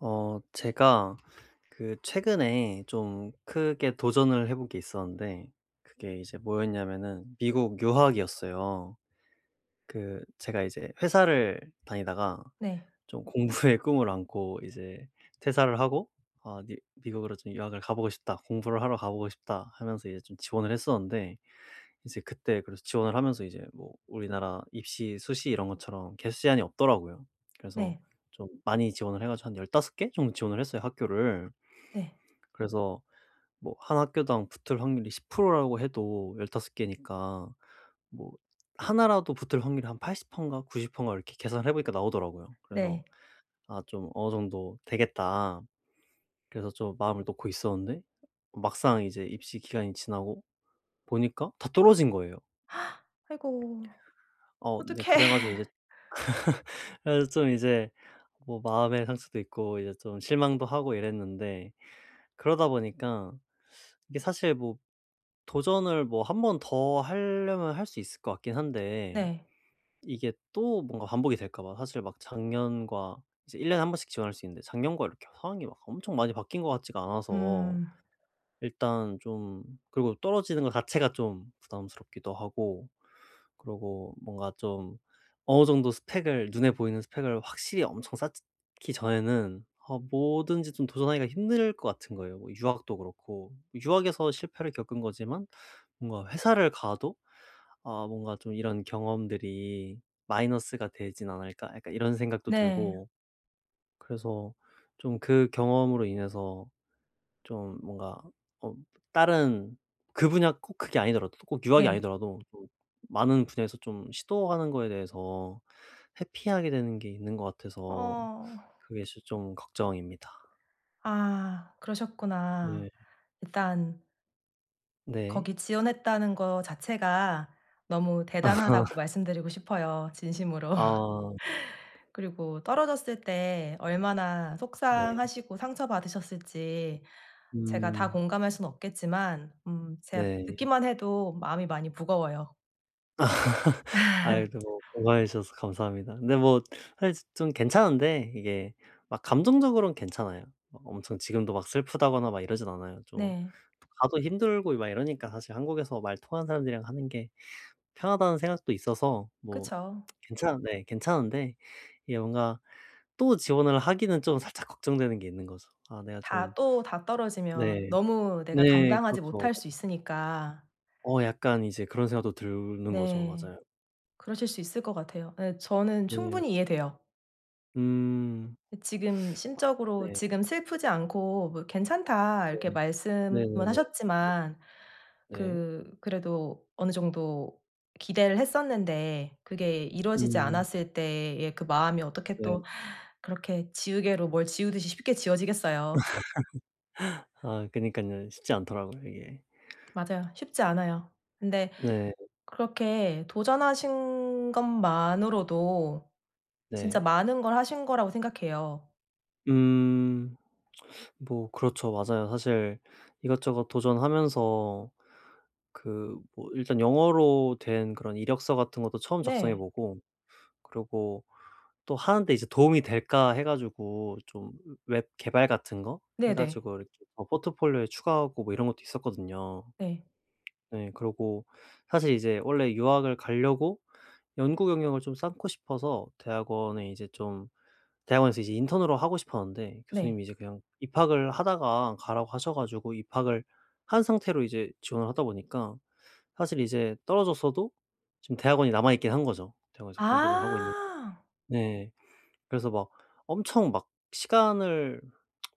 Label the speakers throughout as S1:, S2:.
S1: 제가 그 최근에 좀 크게 도전을 해본 게 있었는데 그게 이제 뭐였냐면은 미국 유학이었어요. 그 제가 이제 회사를 다니다가
S2: 네.
S1: 좀 공부의 꿈을 안고 이제 퇴사를 하고 아 미 미국으로 좀 '유학을 가보고 싶다. 공부를 하러 가보고 싶다.' 하면서 이제 좀 지원을 했었는데 이제 그때 그래서 지원을 하면서 이제 뭐 우리나라 입시, 수시 이런 것처럼 개수 제한이 없더라고요. 그래서
S2: 네.
S1: 좀 많이 지원을 해 가지고 한 15개 정도 지원을 했어요, 학교를.
S2: 네.
S1: 그래서 뭐 한 학교당 붙을 확률이 10%라고 해도 15 개니까 뭐 하나 라도 붙을 확률이 한 80 퍼인가 90 퍼인가 이렇게 계산을 해 보니까 나오더라고요. 그래서
S2: 네.
S1: '아 좀 어느 정도 되겠다.' 그래서 좀 마음을 놓고 있었는데 막상 이제 입시 기간이 지나고 보니까 다 떨어진 거예요.
S2: 아이고
S1: 어 네,
S2: 어떡해.
S1: 그래 가지고 이제 그래서 좀 이제 뭐 마음의 상처도 있고 이제 좀 실망도 하고 이랬는데 그러다 보니까 이게 사실 뭐 도전을 뭐 한 번 더 하려면 할 수 있을 것 같긴 한데
S2: 네.
S1: 이게 또 뭔가 반복이 될까 봐. 사실 막 작년과 이제 1 년에 한 번씩 지원할 수 있는데 작년과 이렇게 상황이 막 엄청 많이 바뀐 것 같지가 않아서
S2: 음.
S1: 일단 좀 그리고 떨어지는 것 자체가 좀 부담스럽기도 하고 그러고 뭔가 좀 어느 정도 스펙을 눈에 보이는 스펙을 확실히 엄청 쌓기 전에는 아 뭐든지 좀 도전하기가 힘들 것 같은 거예요. 뭐 유학도 그렇고 유학에서 실패를 겪은 거지만 뭔가 회사를 가도 아 뭔가 좀 이런 경험들이 '마이너스가 되진 않을까?' 약간 이런 생각도
S2: 네.
S1: 들고 그래서 좀 그 경험으로 인해서 좀 뭔가 어 다른 그 분야 꼭 그게 아니더라도 꼭 유학이
S2: 네.
S1: 아니더라도 좀 많은 분야에서 좀 시도하는 거에 대해서 회피하게 되는 게 있는 것 같아서
S2: 어.
S1: 그게 시 좀 걱정입니다.
S2: 아 그러셨구나.
S1: 네.
S2: 일단
S1: 네.
S2: 거기 지원했다는 거 자체가 너무 대단하다고 말씀드리고 싶어요 진심으로.
S1: 아
S2: 그리고 떨어졌을 때 얼마나
S1: 네.
S2: 속상하시고 상처받으셨을지 제가 다
S1: 음
S2: 공감할 수는 없겠지만 제가
S1: 네.
S2: 듣기만 해도 마음이 많이 무거워요.
S1: 아이고 뭐 공감해 주셔서 감사합니다. 근데 뭐 사실 좀 괜찮은데 이게 막 감정적으로는 괜찮아요. 막 엄청 지금도 막 슬프다거나 막 이러진 않아요. 좀
S2: 네.
S1: 가도 힘들고 막 이러니까 사실 한국에서 말 통하는 사람들이랑 하는 게 편하다는 생각도 있어서 뭐
S2: 그쵸.
S1: 괜찮 네 괜찮은데 이게 뭔가 또 지원을 하기는 좀 살짝 걱정되는 게 있는 거죠. 아 내가
S2: 다
S1: 좀
S2: 또 다 떨어지면
S1: 네.
S2: 너무 내가
S1: 네
S2: 감당하지
S1: 그렇죠.
S2: 못할 수 있으니까.
S1: 약간 이제 그런 생각도 드는 거죠.
S2: 네.
S1: 맞아요.
S2: 그러실 수 있을 것 같아요. 예 저는
S1: 네.
S2: 충분히 이해돼요.
S1: 음.
S2: 예 지금 심적으로
S1: 네.
S2: 지금 슬프지 않고 뭐 "괜찮다." 이렇게
S1: 네.
S2: 말씀은
S1: 네네네. 네.
S2: 하셨지만
S1: 네.
S2: 그래도 어느 정도 기대를 했었는데 그게 이루어지지
S1: 음
S2: 않았을 때의 그 마음이 어떻게
S1: 네.
S2: 또 그렇게 지우개로 뭘 지우듯이 쉽게 지워지겠어요.
S1: 아 그니깐요. 쉽지 않더라고요 이게.
S2: 맞아요. 쉽지 않아요. 근데
S1: 네.
S2: 그렇게 도전하신 것만으로도 진짜
S1: 네.
S2: 많은 걸 하신 거라고 생각해요.
S1: 음뭐 그렇죠. 맞아요. 사실 이것저것 도전하면서 그 뭐 일단 영어로 된 그런 이력서 같은 것도 처음 작성해
S2: 네.
S1: 보고 그리고 또 하는데 이제 '도움이 될까?' 해 가지고 좀 웹 개발 같은 거 해
S2: 네네.
S1: 가지고 이렇게 더 포트폴리오에 추가하고 뭐 이런 것도 있었거든요.
S2: 네.
S1: 네. 그러고 사실 이제 원래 유학을 가려고 연구 경력을 좀 쌓고 싶어서 대학원에 이제 좀 대학원에서 이제 인턴으로 하고 싶었는데
S2: 네.
S1: 교수님이 이제 그냥 입학을 하다가 가라고 하셔 가지고 입학을 한 상태로 이제 지원을 하다 보니까 사실 이제 떨어졌어도 지금 대학원이 남아 있긴 한 거죠. 대학원에서 공부를 하고 있는 게.
S2: 아.
S1: 네. 그래서 막 엄청 막 시간을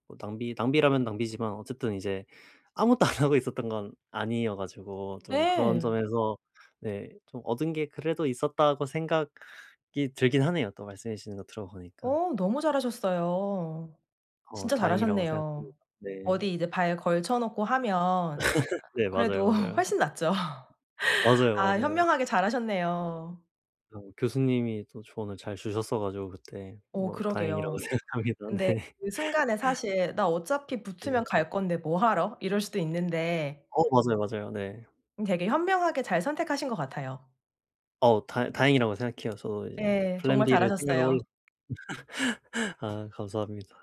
S1: 뭐 낭비라면 낭비지만 어쨌든 이제 아무것도 안 하고 있었던 건 아니어 가지고 좀 그런
S2: 네.
S1: 점에서 네 좀 얻은 게 그래도 있었다고 생각이 들긴 하네요. 또 말씀해 주시는 거 들어 보니까.
S2: 너무 잘하셨어요.
S1: 어
S2: 진짜
S1: 다행이라고
S2: 잘하셨네요.
S1: 생각합니다. 네.
S2: 어디 이제 발 걸쳐 놓고 하면
S1: 네 맞아요,
S2: 그래도
S1: 맞아요.
S2: 훨씬 낫죠.
S1: 맞아요,
S2: 아
S1: 맞아요.
S2: 현명하게 잘하셨네요.
S1: 어 교수님이 또 조언을 잘 주셨어 가지고 그때
S2: 어
S1: 뭐 다행이라고
S2: 그러게요.
S1: 생각합니다.
S2: 근데
S1: 네.
S2: 그 순간에 사실 '나 어차피
S1: 네.
S2: 붙으면 갈 건데 뭐 하러?' 이럴 수도 있는데
S1: 어 맞아요, 맞아요. 네.
S2: 되게 현명하게 잘 선택하신 것 같아요.
S1: 어 다 다행이라고 생각해요. 저도 이제
S2: 예.
S1: 플랜
S2: 정말
S1: B를 생각을 원래
S2: 잘하셨어요.
S1: 아 감사합니다.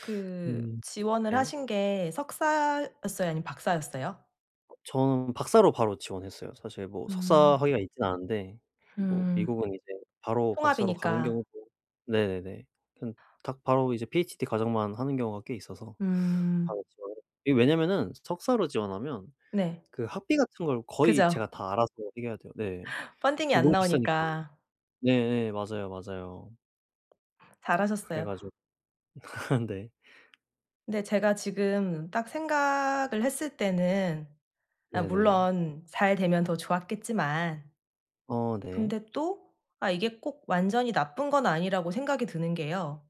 S2: 그
S1: 음.
S2: 지원을
S1: 네.
S2: 하신 게 석사였어요? 아니면 박사였어요?
S1: 저는 박사로 바로 지원했어요. 사실 뭐 석사
S2: 음.
S1: 학위가 있진 않은데 뭐
S2: 음.
S1: 미국은 이제 바로 박사로 가는
S2: 통합이니까.
S1: 경우도 네네네. 그냥 딱 바로 이제 PhD 과정만 하는 경우가 꽤 있어서
S2: 음.
S1: 바로 지원을 이게 왜냐면은 석사로 지원하면
S2: 네.
S1: 그 학비 같은 걸 거의
S2: 그죠.
S1: 제가 다 알아서 해결해야 돼요. 네.
S2: 펀딩이 안
S1: 너무 비싸니까.
S2: 나오니까.
S1: 네네 맞아요, 맞아요. 그래
S2: 잘하셨어요.
S1: 가지고 네.
S2: 근데 제가 지금 딱 생각을 했을 때는 아
S1: 네네.
S2: 물론 잘 되면 더 좋았겠지만
S1: 어 네.
S2: 근데 또 아 이게 꼭 완전히 나쁜 건 아니라고 생각이 드는 게요.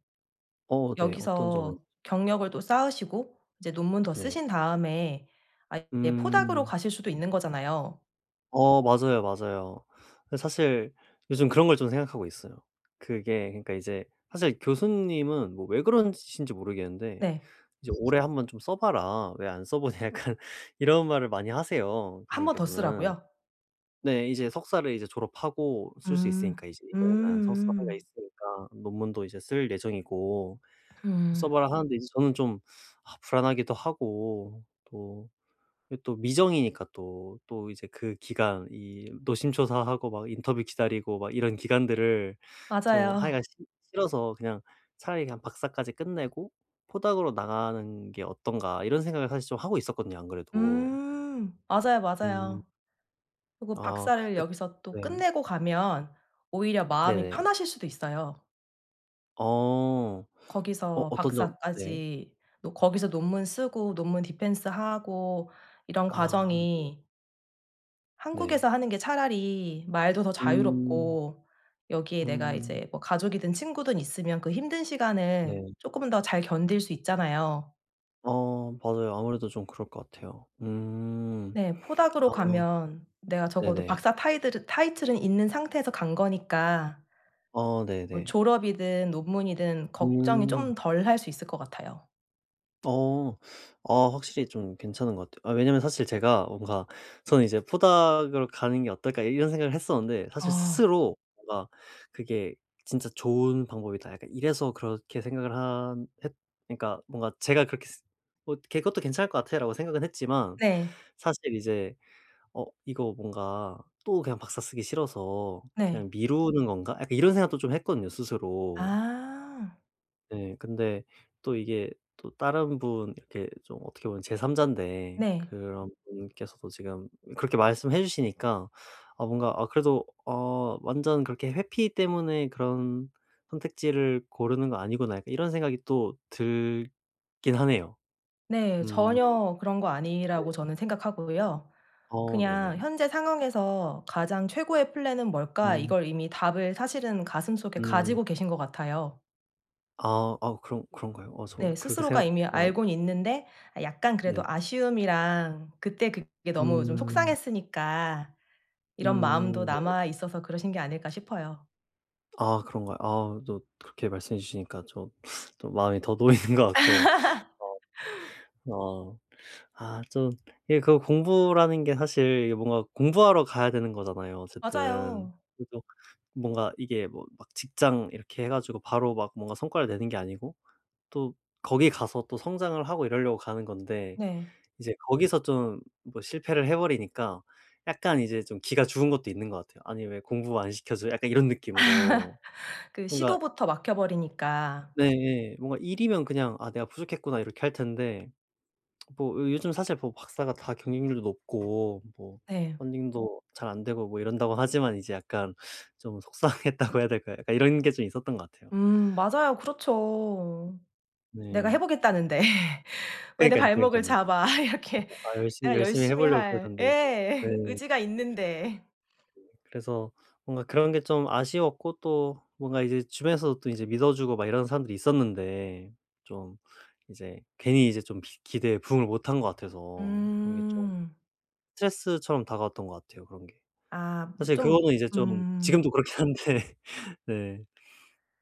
S1: 어 네. 어떤 점에
S2: 여기서 경력을 또 쌓으시고 이제 논문 더
S1: 네.
S2: 쓰신 다음에 아예 포닥으로
S1: 음.
S2: 가실 수도 있는 거잖아요.
S1: 어 맞아요, 맞아요. 근데 사실 요즘 그런 걸 좀 생각하고 있어요. 그게 그러니까 이제 사실 교수님은 뭐 왜 그러신지 모르겠는데
S2: 네.
S1: 이제 "올해 한번 좀 써 봐라. 왜 안 써 보냐." 약간 이런 말을 많이 하세요,
S2: 한 번 더
S1: 교수님께서는.
S2: 쓰라고요?
S1: 네. 이제 석사를 이제 졸업하고 쓸 수
S2: 음.
S1: 있으니까 이제 이번에는 석사 학위가
S2: 음음.
S1: 있으니까 논문도 이제 쓸 예정이고 "써
S2: 음.
S1: 봐라." 하는데 이제 저는 좀 아 불안하기도 하고 또 그리고 또 미정이니까 또 이제 그 기간 이 노심초사하고 막 인터뷰 기다리고 막 이런 기간들을 좀
S2: 맞아요.
S1: 하기가 싫 싫어서 그냥 차라리 그냥 '박사까지 끝내고 포닥으로 나가는 게 어떤가.' 이런 생각을 사실 좀 하고 있었거든요 안 그래도.
S2: 음. 맞아요,
S1: 음.
S2: 맞아요. 그리고
S1: 아.
S2: 박사를
S1: 그
S2: 여기서 또
S1: 네.
S2: 끝내고 가면 오히려 마음이
S1: 네네.
S2: 편하실 수도 있어요.
S1: 어. 어
S2: 거기서
S1: 어떤 점 네.
S2: 박사까지 노 거기서 논문 쓰고 논문 디펜스하고 이런
S1: 아
S2: 과정이
S1: 네.
S2: 한국에서 하는 게 차라리 말도 더
S1: 음.
S2: 자유롭고 여기에 내가
S1: 음.
S2: 이제 뭐 가족이든 친구든 있으면 그 힘든 시간을
S1: 네.
S2: 쪼끔은 더 잘 견딜 수 있잖아요.
S1: 어 맞아요. 아무래도 좀 그럴 것 같아요. 음.
S2: 네.
S1: 아
S2: 포닥으로 가면 내가 적어도
S1: 네네.
S2: 박사 타이들은 타이틀은 있는 상태에서 간 거니까
S1: 어
S2: 뭐
S1: 네네.
S2: 졸업이든 논문이든 걱정이
S1: 음.
S2: 좀 덜 할 수 있을 것 같아요.
S1: 어. 아 확실히 좀 괜찮은 것 같아요. 아 왜냐면 사실 제가 뭔가 저는 이제 '포닥으로 가는 게 어떨까.' 이런 생각을 했었는데 사실
S2: 어.
S1: 스스로 뭔가 그게 '진짜 좋은 방법이다.' 약간 이래서 그렇게 생각을 한 했 그러니까 뭔가 제가 그렇게 쓰 뭐 '걔 것도 괜찮을 것 같아.'라고 생각은 했지만
S2: 네.
S1: 사실 이제 '어 이거 뭔가 또 그냥 박사 쓰기 싫어서
S2: 네.
S1: 그냥 미루는 건가?' 약간 이런 생각도 좀 했거든요 스스로.
S2: 아.
S1: 네. 근데 또 이게 또 다른 분 이렇게 좀 어떻게 보면 제3 자인데
S2: 네.
S1: 그런 분께서도 지금 그렇게 말씀해 주시니까 아 뭔가 아 그래도 어 완전 그렇게 회피 때문에 그런 선택지를 고르는 거 아니구나 약간 이런 생각이 또 들긴 하네요.
S2: 네.
S1: 음
S2: 전혀 그런 거
S1: 네.
S2: 아니라고 저는 생각하고요.
S1: 어
S2: 그냥
S1: 네네.
S2: '현재 상황에서 가장 최고의 플랜은 뭘까?'
S1: 음
S2: 이걸 이미 답을 사실은 가슴속에
S1: 음.
S2: 가지고 계신 것 같아요.
S1: 아 아 그런 그런가요? 어 저
S2: 네.
S1: 그렇게
S2: 스스로가
S1: 생각하지
S2: 이미
S1: 않았
S2: 알고는 있는데 아 약간 그래도
S1: 네.
S2: 아쉬움이랑 그때 그게 너무 좀
S1: 음.
S2: 속상했으니까 이런 마음도
S1: 음 네.
S2: 남아 있어서 그러신 게 아닐까 싶어요.
S1: 아 그런가요? 아 또 그렇게 말씀해 주시니까 좀 또 마음이 더 놓이는 것 같고 어 어 아 좀 이게 그 공부라는 게 사실 이게 뭔가 공부하러 가야 되는 거잖아요 어쨌든.
S2: 맞아요.
S1: 그래서 뭔가 이게 뭐 막 직장 이렇게 해 가지고 바로 막 뭔가 성과를 내는 게 아니고 또 거기 가서 또 성장을 하고 이러려고 가는 건데
S2: 네.
S1: 이제 거기서 좀 뭐 실패를 해 버리니까 약간 이제 좀 기가 죽은 것도 있는 것 같아요. '아니 왜 공부 안 시켜줘?' 약간 이런 느낌으로.
S2: 그
S1: 그러니까
S2: 시도부터 막혀 버리니까.
S1: 네. 뭔가 일이면 그냥 '아 내가 부족했구나.' 이렇게 할 텐데 뭐 요 요즘 사실 뭐 박사가 다 경쟁률도 높고 뭐
S2: 네.
S1: 펀딩도 잘 안 되고 뭐 이런다고 하지만 이제 약간 좀 속상했다고 해야 될까요? 약간 이런 게 좀 있었던 것 같아요.
S2: 맞아요. 그렇죠. '내가
S1: 네.
S2: 해 보겠다는데
S1: 그
S2: 왜
S1: 니
S2: 내
S1: 까요
S2: 발목을
S1: 그니깐요.
S2: 잡아.' 이렇게
S1: 아 열심히,
S2: 내가
S1: 열심히 해
S2: 열심히
S1: 보려고 그러
S2: 할
S1: 는데 이제 네.
S2: 예. 의지가 있는데.
S1: 그래서 뭔가 그런 게 좀 아쉬웠고 또 뭔가 이제 주변에서도 또 이제 믿어 주고 막 이런 사람들이 있었는데 좀 이제 괜히 이제 좀 비 기대에 부응을 못한 것 같아서 그런 게좀
S2: 음.
S1: 스트레스처럼 다가왔던 것 같아요 그런 게.
S2: 아 뭐
S1: 사실
S2: 좀
S1: 그거는 이제 좀
S2: 음.
S1: 지금도 그렇긴 한데 네.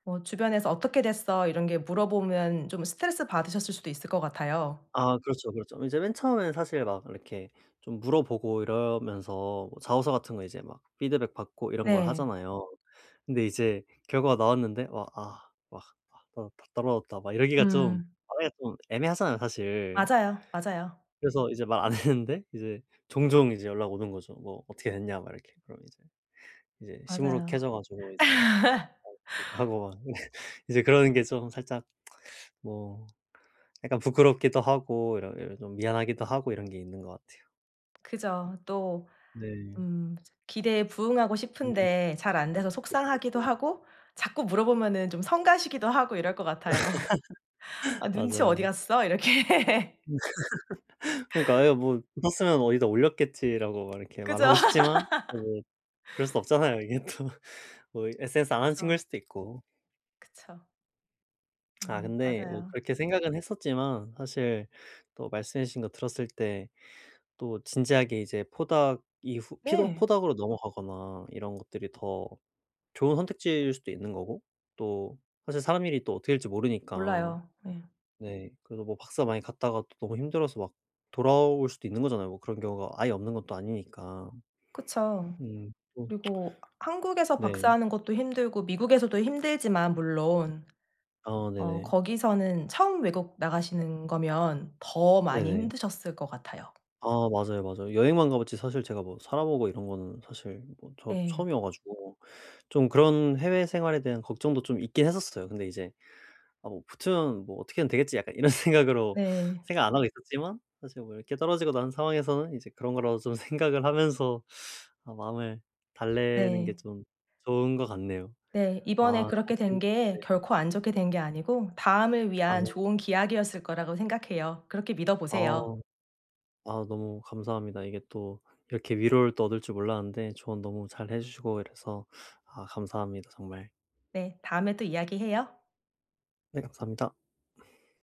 S2: 뭐 주변에서 "어떻게 됐어?" 이런 게 물어보면 좀 스트레스 받으셨을 수도 있을 것 같아요.
S1: 아 그렇죠, 그렇죠. 이제 맨 처음에는 사실 막 이렇게 좀 물어보고 이러면서 뭐 자소서 같은 거 이제 막 피드백 받고 이런 걸
S2: 네.
S1: 하잖아요. 근데 이제 결과가 나왔는데 와 '아 막 아 나 다 떨어졌다.' 막 이러기가 좀
S2: 음.
S1: 말하기가 좀 애매하잖아요 사실.
S2: 맞아요, 맞아요,
S1: 그래서 이제 말 안 했는데 이제 종종 이제 연락 오는 거죠. "뭐 어떻게 됐냐?" 막 이렇게. 그럼 이제 이제
S2: 맞아요.
S1: 시무룩해져 가지고 이제 막 이렇게 하고 막 이제 그런 게 좀 살짝 뭐 약간 부끄럽기도 하고 이런 좀 미안하기도 하고 이런 게 있는 것 같아요.
S2: 그죠. 또
S1: 네.
S2: 음 기대에 부응하고
S1: 음
S2: 싶은데 잘 안 돼서
S1: 그쵸,
S2: 속상하기도
S1: 그쵸.
S2: 하고 자꾸 물어보면은 좀 성가시기도 하고 이럴 것 같아요. "아 눈치 어디
S1: 맞아요.
S2: 갔어?" 이렇게.
S1: 그러니까 아예 뭐 붙었으면 어디다 올렸겠지."라고 막 이렇게
S2: 그죠?
S1: 말하고 싶지만 뭐 그럴 수 없잖아요. 이게 또 뭐 SNS 안 하는 친구일
S2: 그쵸.
S1: 수도 있고.
S2: 그쵸.
S1: 아 근데 뭐
S2: 맞아요.
S1: 그렇게 생각은 했었지만 사실 또 말씀해 주신 거 들었을 때 또 진지하게 이제 포닥 이후 피도
S2: 네.
S1: 포닥으로 넘어가거나 이런 것들이 더 좋은 선택지일 수도 있는 거고 또 사실 사람 일이 또 어떻게 될지 모르니까
S2: 몰라요. 네,
S1: 네 그래서 뭐 박사 많이 갔다가 또 너무 힘들어서 막 돌아올 수도 있는 거잖아요. 뭐 그런 경우가 아예 없는 것도 아니니까.
S2: 그쵸.
S1: 또
S2: 그리고 한국에서
S1: 네.
S2: 박사하는 것도 힘들고 미국에서도 힘들지만 물론
S1: 아 네네.
S2: 거기서는 처음 외국 나가시는 거면 더 많이
S1: 네네.
S2: 힘드셨을 것 같아요.
S1: 아 맞아요, 맞아요. 여행만 가 봤지 사실 제가 뭐 살아보고 이런 거는 사실 뭐 저도
S2: 예.
S1: 처음이어 가지고 좀 그런 해외 생활에 대한 걱정도 좀 있긴 했었어요. 근데 이제 '아 뭐 붙으면 뭐 어떻게든 되겠지.' 약간 이런 생각으로
S2: 네.
S1: 생각 안 하고 있었지만 사실 뭐 이렇게 떨어지고 난 상황에서는 이제 그런 거라도 좀 생각을 하면서 아 마음을 달래는 게
S2: 네.
S1: 좀 좋은 것 같네요.
S2: 네. 이번에
S1: 아
S2: 그렇게 된
S1: 확실히
S2: 게
S1: 네.
S2: 결코 안 좋게 된 게 아니고 다음을 위한
S1: 아
S2: 좋은 기약이었을 거라고 생각해요. 그렇게 믿어
S1: 아
S2: 보세요.
S1: 아 너무 감사합니다. 이게 또 이렇게 위로를 또 얻을 줄 몰랐는데 조언 너무 잘해 주시고 이래서 아 감사합니다 정말.
S2: 네. 다음에 또 이야기해요.
S1: 네 감사합니다.